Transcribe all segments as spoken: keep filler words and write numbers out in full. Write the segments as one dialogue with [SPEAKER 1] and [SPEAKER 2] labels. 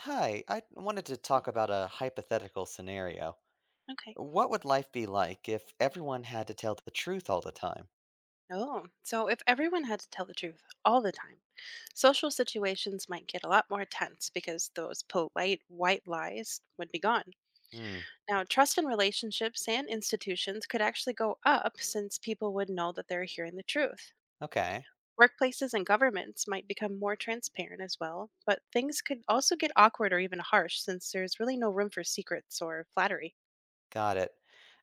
[SPEAKER 1] Hi, I wanted to talk about a hypothetical scenario.
[SPEAKER 2] Okay.
[SPEAKER 1] What would life be like if everyone had to tell the truth all the time?
[SPEAKER 2] Oh, so if everyone had to tell the truth all the time, social situations might get a lot more tense because those polite white lies would be gone.
[SPEAKER 1] Hmm,
[SPEAKER 2] Now, trust in relationships and institutions could actually go up since people would know that they're hearing the truth.
[SPEAKER 1] okay,
[SPEAKER 2] Workplaces and governments might become more transparent as well, but things could also get awkward or even harsh since there's really no room for secrets or flattery.
[SPEAKER 1] got it.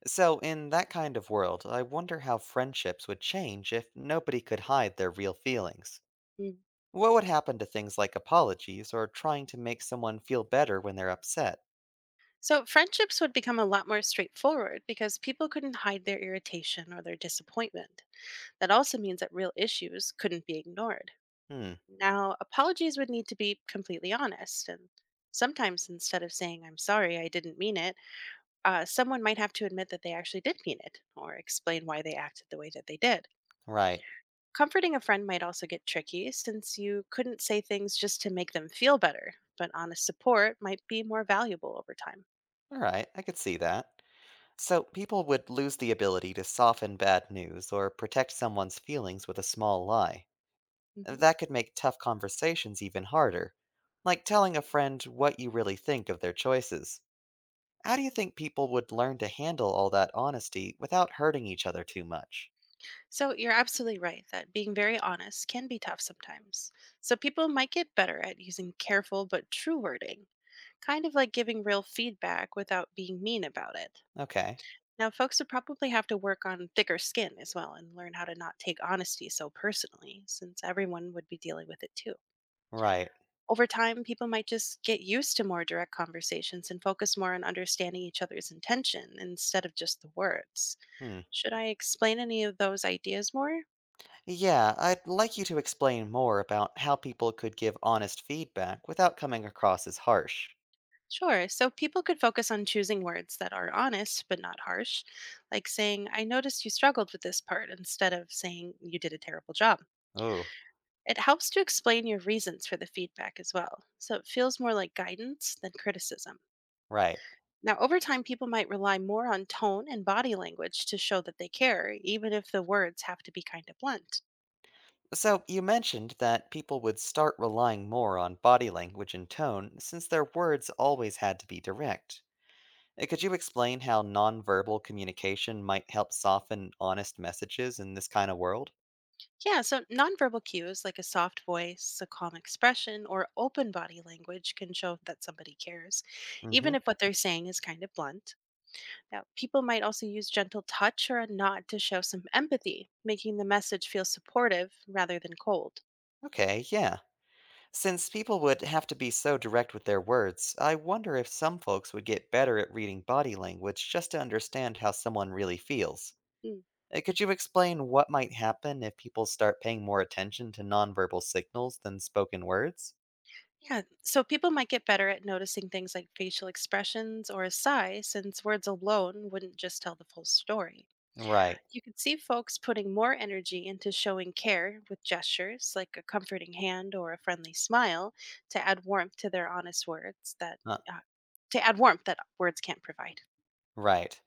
[SPEAKER 1] So, in that kind of world, I wonder how friendships would change if nobody could hide their real feelings. What would happen to things like apologies or trying to make someone feel better when they're upset?
[SPEAKER 2] So, friendships would become a lot more straightforward because people couldn't hide their irritation or their disappointment. That also means that real issues couldn't be ignored.
[SPEAKER 1] Hmm,
[SPEAKER 2] Now, apologies would need to be completely honest. And sometimes, instead of saying, I'm sorry, I didn't mean it, uh, someone might have to admit that they actually did mean it or explain why they acted the way that they did.
[SPEAKER 1] right.
[SPEAKER 2] Comforting a friend might also get tricky since you couldn't say things just to make them feel better, but honest support might be more valuable over time.
[SPEAKER 1] Alright, I could see that. So, people would lose the ability to soften bad news or protect someone's feelings with a small lie.
[SPEAKER 2] Mm-hmm.
[SPEAKER 1] That could make tough conversations even harder, like telling a friend what you really think of their choices. How do you think people would learn to handle all that honesty without hurting each other too much?
[SPEAKER 2] So you're absolutely right that being very honest can be tough sometimes. So people might get better at using careful but true wording, kind of like giving real feedback without being mean about it.
[SPEAKER 1] Okay,
[SPEAKER 2] Now, folks would probably have to work on thicker skin as well and learn how to not take honesty so personally, since everyone would be dealing with it too.
[SPEAKER 1] right.
[SPEAKER 2] Over time, people might just get used to more direct conversations and focus more on understanding each other's intention instead of just the words.
[SPEAKER 1] Hmm.
[SPEAKER 2] Should I explain any of those ideas more?
[SPEAKER 1] Yeah, I'd like you to explain more about how people could give honest feedback without coming across as harsh.
[SPEAKER 2] Sure. So people could focus on choosing words that are honest but not harsh, like saying, I noticed you struggled with this part, instead of saying, you did a terrible job.
[SPEAKER 1] Ooh,
[SPEAKER 2] It helps to explain your reasons for the feedback as well, so it feels more like guidance than criticism.
[SPEAKER 1] right.
[SPEAKER 2] Now, over time, people might rely more on tone and body language to show that they care, even if the words have to be kind of blunt.
[SPEAKER 1] So, you mentioned that people would start relying more on body language and tone since their words always had to be direct. Uh, Could you explain how nonverbal communication might help soften honest messages in this kind of world?
[SPEAKER 2] Yeah, so nonverbal cues like a soft voice, a calm expression, or open body language can show that somebody cares,
[SPEAKER 1] Hmm.
[SPEAKER 2] even if what they're saying is kind of blunt. Now, people might also use gentle touch or a nod to show some empathy, making the message feel supportive rather than cold.
[SPEAKER 1] Okay, yeah. Since people would have to be so direct with their words, I wonder if some folks would get better at reading body language just to understand how someone really feels.
[SPEAKER 2] Mm.
[SPEAKER 1] Uh, Could you explain what might happen if people start paying more attention to nonverbal signals than spoken words?
[SPEAKER 2] Yeah, so people might get better at noticing things like facial expressions or a sigh, since words alone wouldn't just tell the full story.
[SPEAKER 1] Right.
[SPEAKER 2] You can see folks putting more energy into showing care with gestures like a comforting hand or a friendly smile to add warmth to their honest words that
[SPEAKER 1] Uh,
[SPEAKER 2] uh, to add warmth that words can't provide.
[SPEAKER 1] right.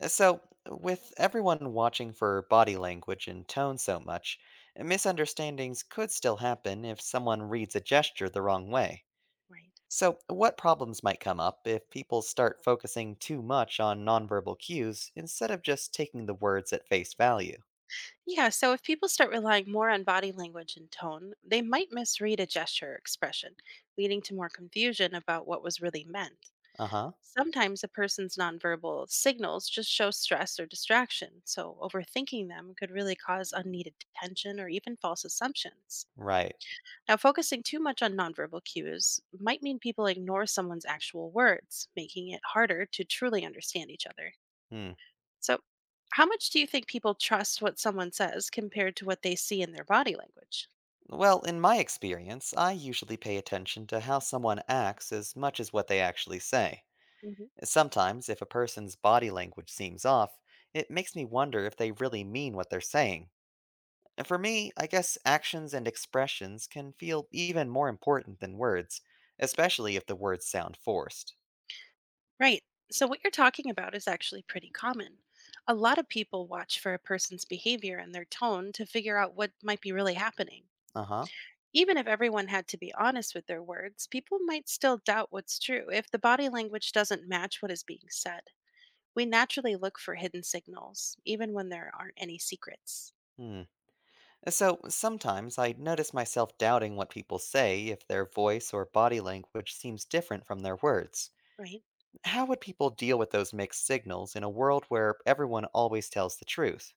[SPEAKER 1] Uh, So, with everyone watching for body language and tone so much, uh, misunderstandings could still happen if someone reads a gesture the wrong way.
[SPEAKER 2] Right.
[SPEAKER 1] So, what problems might come up if people start focusing too much on nonverbal cues instead of just taking the words at face value?
[SPEAKER 2] Yeah, so if people start relying more on body language and tone, they might misread a gesture or expression, leading to more confusion about what was really meant.
[SPEAKER 1] Uh huh.
[SPEAKER 2] Sometimes a person's nonverbal signals just show stress or distraction, so overthinking them could really cause unneeded tension or even false assumptions.
[SPEAKER 1] Right.
[SPEAKER 2] Now, focusing too much on nonverbal cues might mean people ignore someone's actual words, making it harder to truly understand each other.
[SPEAKER 1] Hmm.
[SPEAKER 2] So, how much do you think people trust what someone says compared to what they see in their body language?
[SPEAKER 1] Well, in my experience, I usually pay attention to how someone acts as much as what they actually say.
[SPEAKER 2] Hmm.
[SPEAKER 1] Sometimes, if a person's body language seems off, it makes me wonder if they really mean what they're saying. And for me, I guess actions and expressions can feel even more important than words, especially if the words sound forced.
[SPEAKER 2] Right. So, what you're talking about is actually pretty common. A lot of people watch for a person's behavior and their tone to figure out what might be really happening.
[SPEAKER 1] Uh huh.
[SPEAKER 2] Even if everyone had to be honest with their words, people might still doubt what's true if the body language doesn't match what is being said. We naturally look for hidden signals, even when there aren't any secrets,
[SPEAKER 1] Hmm. So sometimes I notice myself doubting what people say if their voice or body language seems different from their words.
[SPEAKER 2] right?
[SPEAKER 1] How would people deal with those mixed signals in a world where everyone always tells the truth?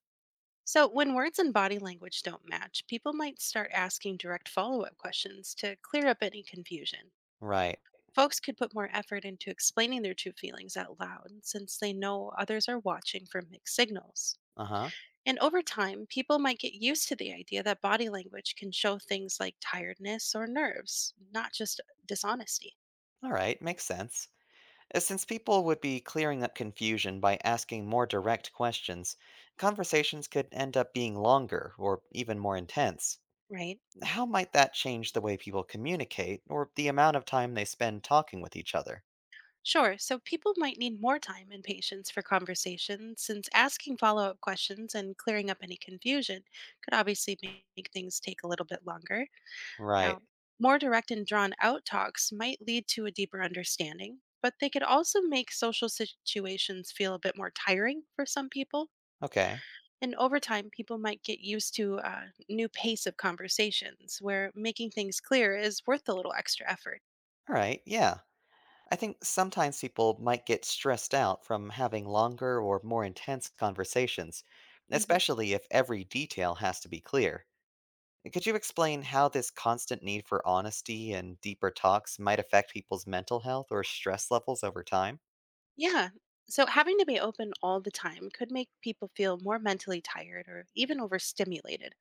[SPEAKER 2] So, when words and body language don't match, people might start asking direct follow up questions to clear up any confusion.
[SPEAKER 1] Right.
[SPEAKER 2] Folks could put more effort into explaining their true feelings out loud since they know others are watching for mixed signals.
[SPEAKER 1] Uh huh.
[SPEAKER 2] And over time, people might get used to the idea that body language can show things like tiredness or nerves, not just dishonesty,
[SPEAKER 1] All right, makes sense. Uh, Since people would be clearing up confusion by asking more direct questions, conversations could end up being longer or even more intense.
[SPEAKER 2] right?
[SPEAKER 1] How might that change the way people communicate or the amount of time they spend talking with each other?
[SPEAKER 2] Sure, so people might need more time and patience for conversation since asking follow up questions and clearing up any confusion could obviously make things take a little bit longer.
[SPEAKER 1] Right.
[SPEAKER 2] Now, more direct and drawn out talks might lead to a deeper understanding, but they could also make social situations feel a bit more tiring for some people.
[SPEAKER 1] Okay.
[SPEAKER 2] And over time, people might get used to a new pace of conversations where making things clear is worth a little extra effort.
[SPEAKER 1] All right. Yeah. I think sometimes people might get stressed out from having longer or more intense conversations,
[SPEAKER 2] Mm-hmm.
[SPEAKER 1] especially if every detail has to be clear. Could you explain how this constant need for honesty and deeper talks might affect people's mental health or stress levels over time?
[SPEAKER 2] Yeah. So having to be open all the time could make people feel more mentally tired or even overstimulated,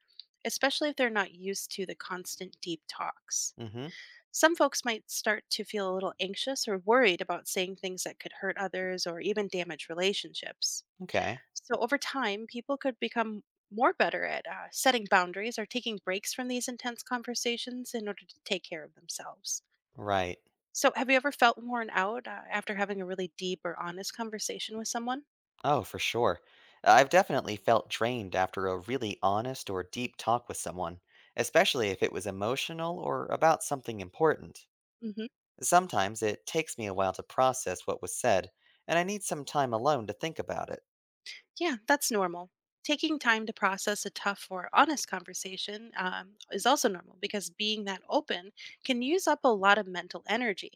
[SPEAKER 2] especially if they're not used to the constant deep talks.
[SPEAKER 1] Hmm.
[SPEAKER 2] Some folks might start to feel a little anxious or worried about saying things that could hurt others or even damage relationships.
[SPEAKER 1] Okay.
[SPEAKER 2] So over time, people could become more better at uh, setting boundaries or taking breaks from these intense conversations in order to take care of themselves.
[SPEAKER 1] Right.
[SPEAKER 2] So, have you ever felt worn out uh, after having a really deep or honest conversation with someone?
[SPEAKER 1] Oh, for sure. I've definitely felt drained after a really honest or deep talk with someone, especially if it was emotional or about something important.
[SPEAKER 2] Hmm.
[SPEAKER 1] Sometimes it takes me a while to process what was said, and I need some time alone to think about it.
[SPEAKER 2] Yeah, that's normal. Taking time to process a tough or honest conversation um, is also normal because being that open can use up a lot of mental energy.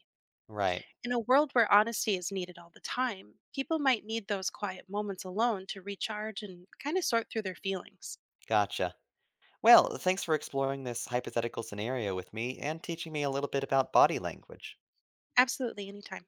[SPEAKER 1] Right.
[SPEAKER 2] In a world where honesty is needed all the time, people might need those quiet moments alone to recharge and kind of sort through their feelings.
[SPEAKER 1] Gotcha. Well, thanks for exploring this hypothetical scenario with me and teaching me a little bit about body language.
[SPEAKER 2] Absolutely, anytime.